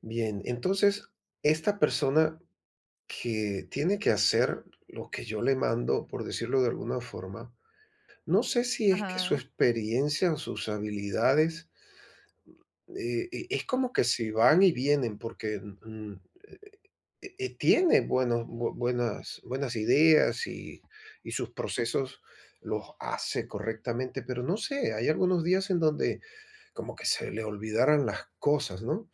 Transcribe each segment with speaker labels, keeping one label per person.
Speaker 1: Bien, entonces esta persona que tiene que hacer lo que yo le mando, por decirlo de alguna forma, no sé si es que su
Speaker 2: Ajá,
Speaker 1: experiencia o sus habilidades, es como que si van y vienen, porque tiene buenas, buenas ideas y sus procesos los hace correctamente, pero no sé, hay algunos días en donde como que se le olvidaran las cosas, ¿no?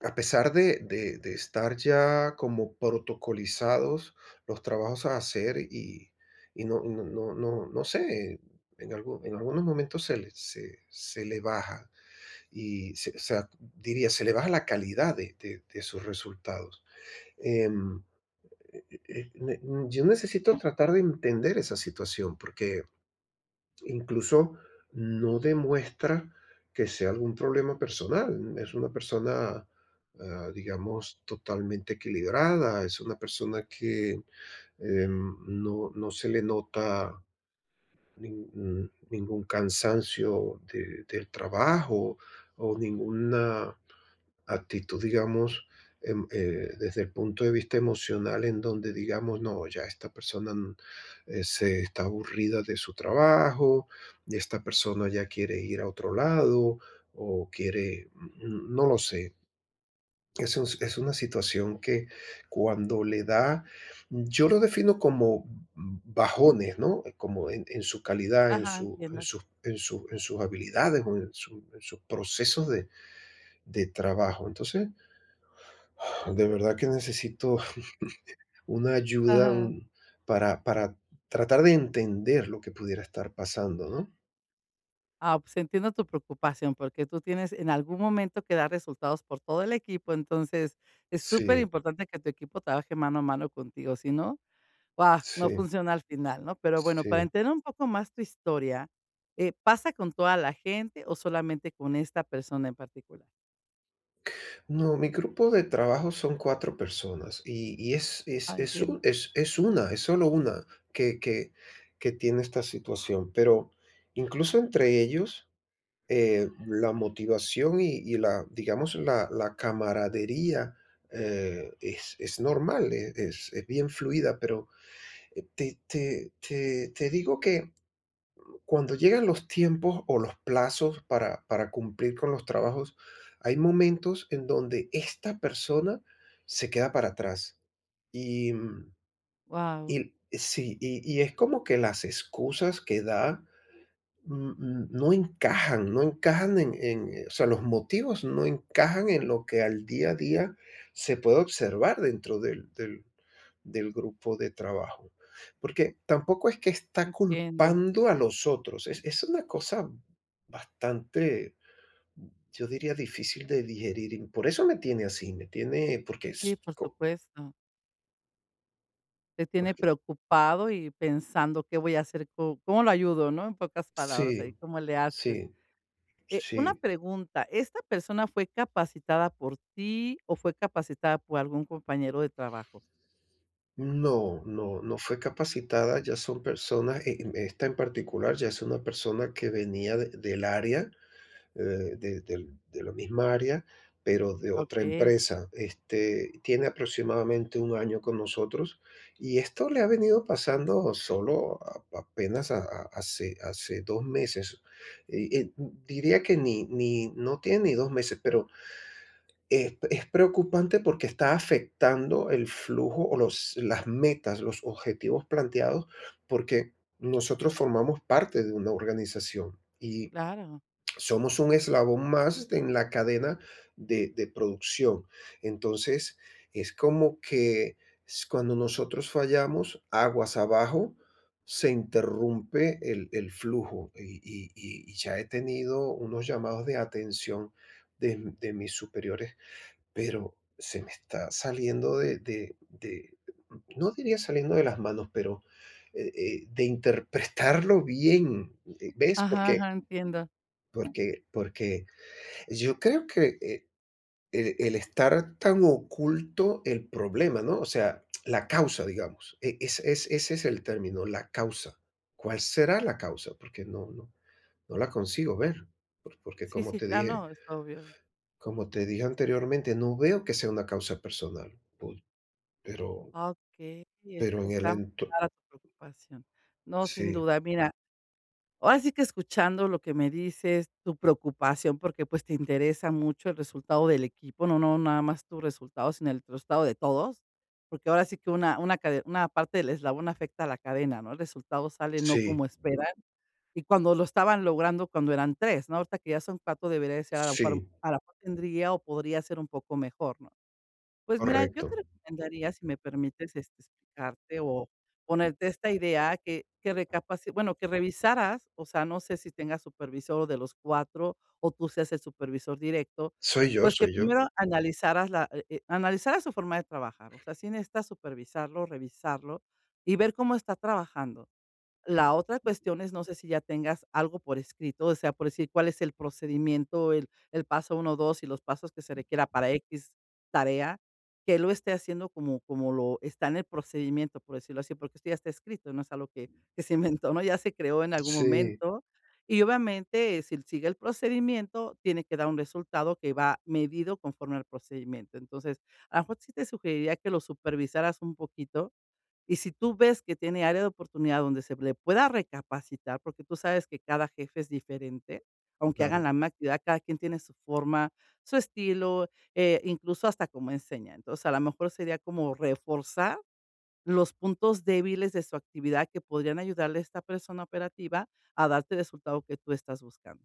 Speaker 1: A pesar de estar ya como protocolizados los trabajos a hacer y no sé, en algunos momentos se le baja y se, o sea, diría, se le baja la calidad de sus resultados. Em, eh, eh, ne- yo necesito tratar de entender esa situación porque incluso no demuestra que sea algún problema personal. Es una persona, ah, digamos, totalmente equilibrada, es una persona que no, no se le nota ningún cansancio del trabajo o ninguna actitud, digamos, desde el punto de vista emocional en donde digamos, no, ya esta persona se está aburrida de su trabajo, y esta persona ya quiere ir a otro lado o quiere, mm, no lo sé. Es una situación que cuando le da, yo lo defino como bajones, ¿no? Como en su calidad,
Speaker 2: ajá, entiendo.
Speaker 1: en sus habilidades o en sus procesos de trabajo. Entonces, de verdad que necesito una ayuda,
Speaker 2: Ajá.
Speaker 1: un para tratar de entender lo que pudiera estar pasando, ¿no?
Speaker 2: Ah, pues entiendo tu preocupación, porque tú tienes en algún momento que dar resultados por todo el equipo, entonces es súper
Speaker 1: Sí,
Speaker 2: importante que tu equipo trabaje mano a mano contigo, si no, ¡guau!, no
Speaker 1: sí,
Speaker 2: funciona al final, ¿no? Pero bueno, para
Speaker 1: sí.
Speaker 2: entender un poco más tu historia, ¿pasa con toda la gente o solamente con esta persona en particular?
Speaker 1: No, mi grupo de trabajo son 4 personas y es es
Speaker 2: Ah,
Speaker 1: es u
Speaker 2: entiendo.
Speaker 1: es es una, es solo
Speaker 2: Mm.
Speaker 1: una que que tiene esta situación, pero incluso entre ellos, la motivación y la, digamos, la camaradería, es normal, es bien fluida, pero te digo que cuando llegan los tiempos o los plazos para cumplir con los trabajos, hay momentos en donde esta persona se queda para atrás. Y, mm, y
Speaker 2: Guau,
Speaker 1: sí, y es como que las excusas que da no encajan, no encajan en o sea, los motivos no encajan en lo que al día a día se puede observar dentro del del grupo de trabajo. Porque tampoco es que está
Speaker 2: entiendo.
Speaker 1: culpando a los otros. Es una cosa bastante, yo diría, difícil de digerir, y por eso me tiene así, me tiene porque
Speaker 2: Sí,
Speaker 1: es
Speaker 2: por
Speaker 1: co
Speaker 2: supuesto. Te tiene
Speaker 1: porque
Speaker 2: preocupado y pensando qué voy a hacer, co cómo lo ayudo, ¿no? En pocas palabras,
Speaker 1: sí,
Speaker 2: ahí cómo le haces.
Speaker 1: sí,
Speaker 2: Una
Speaker 1: sí.
Speaker 2: pregunta, ¿esta persona fue capacitada por ti o fue capacitada por algún compañero de trabajo?
Speaker 1: No, no, no fue capacitada, ya son personas, esta en particular ya es una persona que venía del área, eh, de, de la misma área, pero de otra
Speaker 2: Okey,
Speaker 1: empresa. Este, tiene aproximadamente un año con nosotros y esto le ha venido pasando solo apenas hace, hace dos meses. Eh, eh, diría que ni, ni, no tiene ni dos meses, pero es preocupante porque está afectando el flujo o los las metas, los objetivos planteados, porque nosotros formamos parte de una organización y
Speaker 2: claro.
Speaker 1: somos un eslabón más en la cadena de producción. Entonces, es como que s cuando nosotros fallamos, aguas abajo, se interrumpe el flujo y ya he tenido unos llamados de atención de mis superiores pero se me está saliendo de no diría saliendo de las manos, pero, de interpretarlo bien, ¿ves? Porque
Speaker 2: Ajá, entiendo.
Speaker 1: porque porque yo creo que, el estar tan oculto el problema, ¿no? O sea, la causa, digamos, es ese es el término, la causa. ¿Cuál será la causa? Porque no no la consigo ver, porque
Speaker 2: Sí, sí, claro, no, es obvio.
Speaker 1: como te dije anteriormente, no veo que sea una causa personal. Pero
Speaker 2: Okey,
Speaker 1: pero en el
Speaker 2: está muy
Speaker 1: ento
Speaker 2: clara tu preocupación. No, sin
Speaker 1: sí,
Speaker 2: duda. Mira, ahora sí que escuchando lo que me dices, tu preocupación, porque, pues, te interesa mucho el resultado del equipo, no nada más tu resultado, sino el resultado de todos, porque ahora sí que una parte del eslabón afecta a la cadena, ¿no? El resultado sale no
Speaker 1: sí,
Speaker 2: como esperan. Y cuando lo estaban logrando cuando eran 3, ¿no? Ahorita que ya son 4 debería de ser
Speaker 1: sí,
Speaker 2: a lo mejor tendría o podría ser un poco mejor, ¿no? Pues mira, yo
Speaker 1: correcto.
Speaker 2: te recomendaría, si me permites, este, explicarte o ponerte esta idea que recapaci bueno, que revisaras, o sea, no sé si tengas supervisor de los 4 o tú seas el supervisor directo,
Speaker 1: Soy yo,
Speaker 2: pues que
Speaker 1: soy yo.
Speaker 2: primero analizaras la analizaras su forma de trabajar, o sea, sí necesitas supervisarlo, revisarlo y ver cómo está trabajando. La otra cuestión es, no sé si ya tengas algo por escrito, o sea, por decir cuál es el procedimiento, el paso uno 2 y los pasos que se requiera para X tarea, que lo esté haciendo como lo está en el procedimiento, por decirlo así, porque esto ya está escrito, no es algo que se inventó, ¿no? Ya se creó en algún
Speaker 1: Sí,
Speaker 2: momento. Y obviamente, si sigue el procedimiento, tiene que dar un resultado que va medido conforme al procedimiento. Entonces, a lo mejor sí te sugeriría que lo supervisaras un poquito, y si tú ves que tiene área de oportunidad donde se le pueda recapacitar, porque tú sabes que cada jefe es diferente, aunque hagan
Speaker 1: claro.
Speaker 2: la misma actividad, cada quien tiene su forma, su estilo, incluso hasta cómo enseña. Entonces, a lo mejor sería como reforzar los puntos débiles de su actividad que podrían ayudarle a esta persona operativa a darte el resultado que tú estás buscando.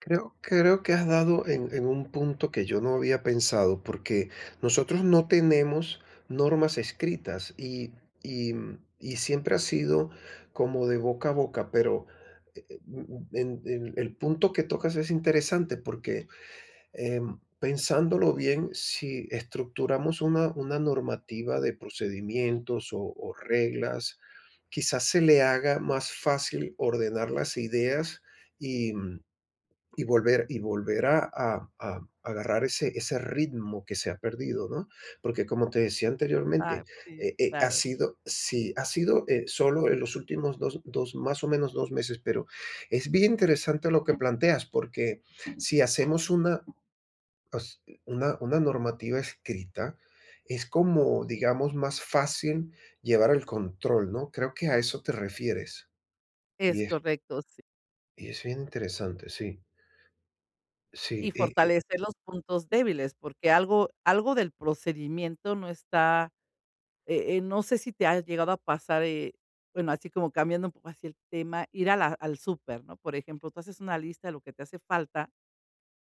Speaker 1: Creo que has dado en un punto que yo no había pensado, porque nosotros no tenemos normas escritas y y siempre ha sido como de boca a boca, pero, mm, en el punto que tocas es interesante porque pensándolo bien, si estructuramos una normativa de procedimientos o reglas, quizás se le haga más fácil ordenar las ideas y, mm, y volver a agarrar ese ritmo que se ha perdido, ¿no? Porque como te decía
Speaker 2: Ah,
Speaker 1: anteriormente,
Speaker 2: sí, sí,
Speaker 1: ha
Speaker 2: claro.
Speaker 1: sido, sí, ha sido solo en los últimos dos, más o menos dos meses, pero es bien interesante lo que planteas, porque si hacemos una normativa escrita es como, digamos, más fácil llevar el control, ¿no? Creo que a eso te refieres.
Speaker 2: Es
Speaker 1: Y es,
Speaker 2: correcto, sí.
Speaker 1: y es bien interesante, sí. Sí,
Speaker 2: Y fortalecer los puntos débiles, porque algo, algo del procedimiento no está. No sé si te ha llegado a pasar, bueno, así como cambiando un poco así el tema, ir a la al súper, ¿no? Por ejemplo, tú haces una lista de lo que te hace falta,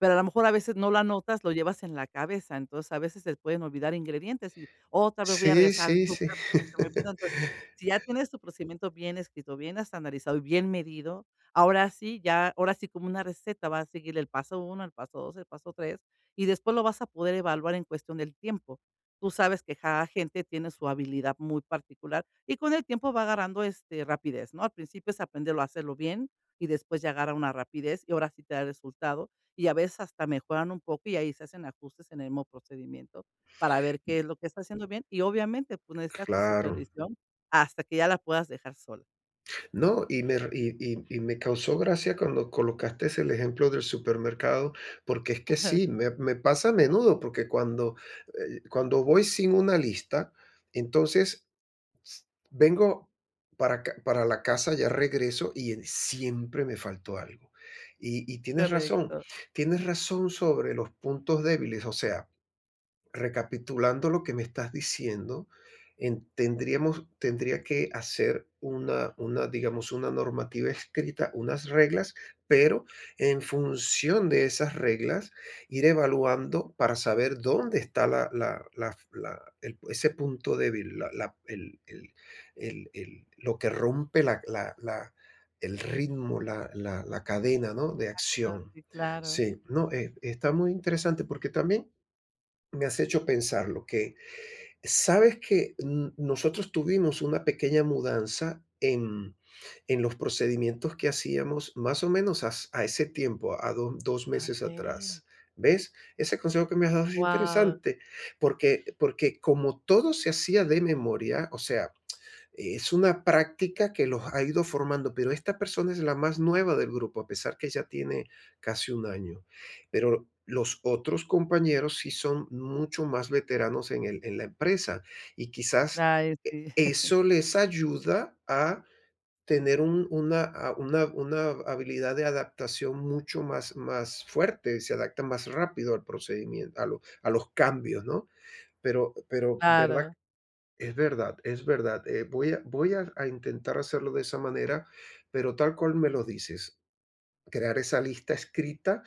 Speaker 2: pero a lo mejor a veces no la notas, lo llevas en la cabeza, entonces a veces se pueden olvidar ingredientes y otra vez voy a
Speaker 1: sí,
Speaker 2: regresar al
Speaker 1: sí, sí.
Speaker 2: súper porque se me olvidó. Entonces, si ya tienes tu procedimiento bien escrito, bien estandarizado y bien medido, ahora sí, ya, ahora sí como una receta, vas a seguir el paso uno el paso 2 el paso 3 y después lo vas a poder evaluar en cuestión del tiempo. Tú sabes que cada gente tiene su habilidad muy particular y con el tiempo va agarrando, este, rapidez, ¿no? Al principio es aprenderlo a hacerlo bien y después ya agarra una rapidez y ahora sí te da el resultado y a veces hasta mejoran un poco y ahí se hacen ajustes en el mismo procedimiento para ver qué es lo que está haciendo bien y obviamente, pues, necesitas tu
Speaker 1: Claro.
Speaker 2: supervisión hasta que ya la puedas dejar sola.
Speaker 1: No, y me, r- y me causó gracia cuando colocaste el ejemplo del supermercado, porque es que sí, me pasa a menudo, porque cuando, cuando voy sin una lista, entonces vengo para acá para la casa, ya regreso y en siempre me faltó algo. Y
Speaker 2: Correcto.
Speaker 1: tienes razón sobre los puntos débiles, o sea, recapitulando lo que me estás diciendo, tendría que hacer digamos, una normativa escrita, unas reglas, pero en función de esas reglas, ir evaluando para saber dónde está ese punto débil, lo que rompe el ritmo, la cadena, ¿no? De
Speaker 2: Ah,
Speaker 1: acción.
Speaker 2: sí, claro.
Speaker 1: Sí, no, está muy interesante porque también me has hecho pensarlo, que sabes que nosotros tuvimos una pequeña mudanza en los procedimientos que hacíamos más o menos ese tiempo, a dos
Speaker 2: Ah,
Speaker 1: meses
Speaker 2: wow.
Speaker 1: atrás. ¿Ves? Ese consejo que me has dado es
Speaker 2: Guau.
Speaker 1: interesante, porque como todo se hacía de memoria, o sea, es una práctica que los ha ido formando, pero esta persona es la más nueva del grupo, a pesar que ya tiene casi un año. Pero los otros compañeros sí son mucho más veteranos en el en la empresa y quizás
Speaker 2: Ay, sí,
Speaker 1: eso les ayuda a tener un una a una una habilidad de adaptación mucho más fuerte, se adaptan más rápido al procedimiento a lo a los cambios, ¿no? Pero, ¿verdad?
Speaker 2: claro,
Speaker 1: Es verdad, es verdad. A intentar hacerlo de esa manera, pero tal cual me lo dices, crear esa lista escrita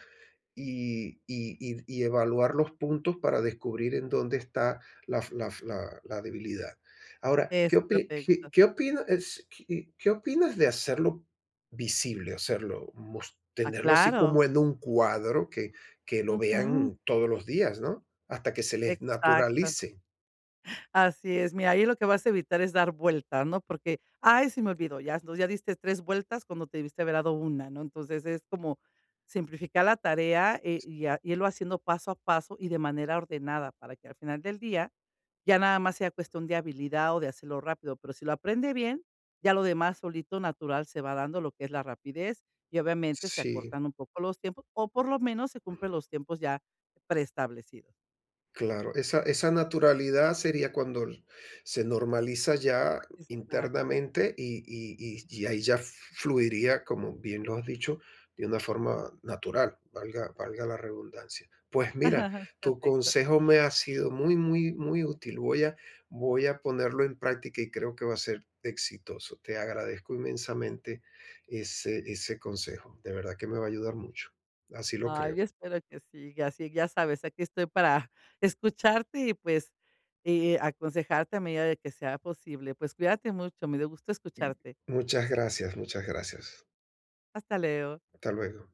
Speaker 1: y, y evaluar los puntos para descubrir en dónde está la debilidad. Ahora, ¿qué,
Speaker 2: es
Speaker 1: opi- qué,
Speaker 2: correcto.
Speaker 1: qué opina- es- qué- ¿qué opinas de hacerlo visible,
Speaker 2: Ah,
Speaker 1: tenerlo así
Speaker 2: claro.
Speaker 1: como en un cuadro que lo
Speaker 2: Ujú,
Speaker 1: vean todos los días, ¿no? Hasta que se les
Speaker 2: exacto.
Speaker 1: naturalice.
Speaker 2: Así es, mira, ahí lo que vas a evitar es dar vueltas, ¿no? Porque, ay, se me olvidó, ya, entonces ya diste 3 vueltas cuando te debiste haber dado 1, ¿no? Entonces es como simplificar la tarea, y irlo haciendo paso a paso y de manera ordenada para que al final del día ya nada más sea cuestión de habilidad o de hacerlo rápido, pero si lo aprende bien, ya lo demás solito natural se va dando lo que es la rapidez y obviamente se
Speaker 1: Sí.
Speaker 2: acortan un poco los tiempos o por lo menos se cumplen los tiempos ya preestablecidos.
Speaker 1: Claro, esa naturalidad sería cuando l se normaliza ya
Speaker 2: Exacto.
Speaker 1: internamente y ahí ya fluiría, como bien lo has dicho, de una forma natural, valga la redundancia. Pues mira,
Speaker 2: Es
Speaker 1: tu
Speaker 2: correcto.
Speaker 1: consejo me ha sido muy, muy, muy útil. Voy a ponerlo en práctica y creo que va a ser exitoso. Te agradezco inmensamente ese consejo. De verdad que me va a ayudar mucho. Así lo
Speaker 2: Ay,
Speaker 1: creo.
Speaker 2: yo espero que sí, que así, ya sabes, aquí estoy para escucharte y pues y aconsejarte a medida de que sea posible. Pues cuídate mucho, me dio gusto escucharte.
Speaker 1: Muchas gracias, muchas gracias.
Speaker 2: Hasta luego.
Speaker 1: Hasta luego.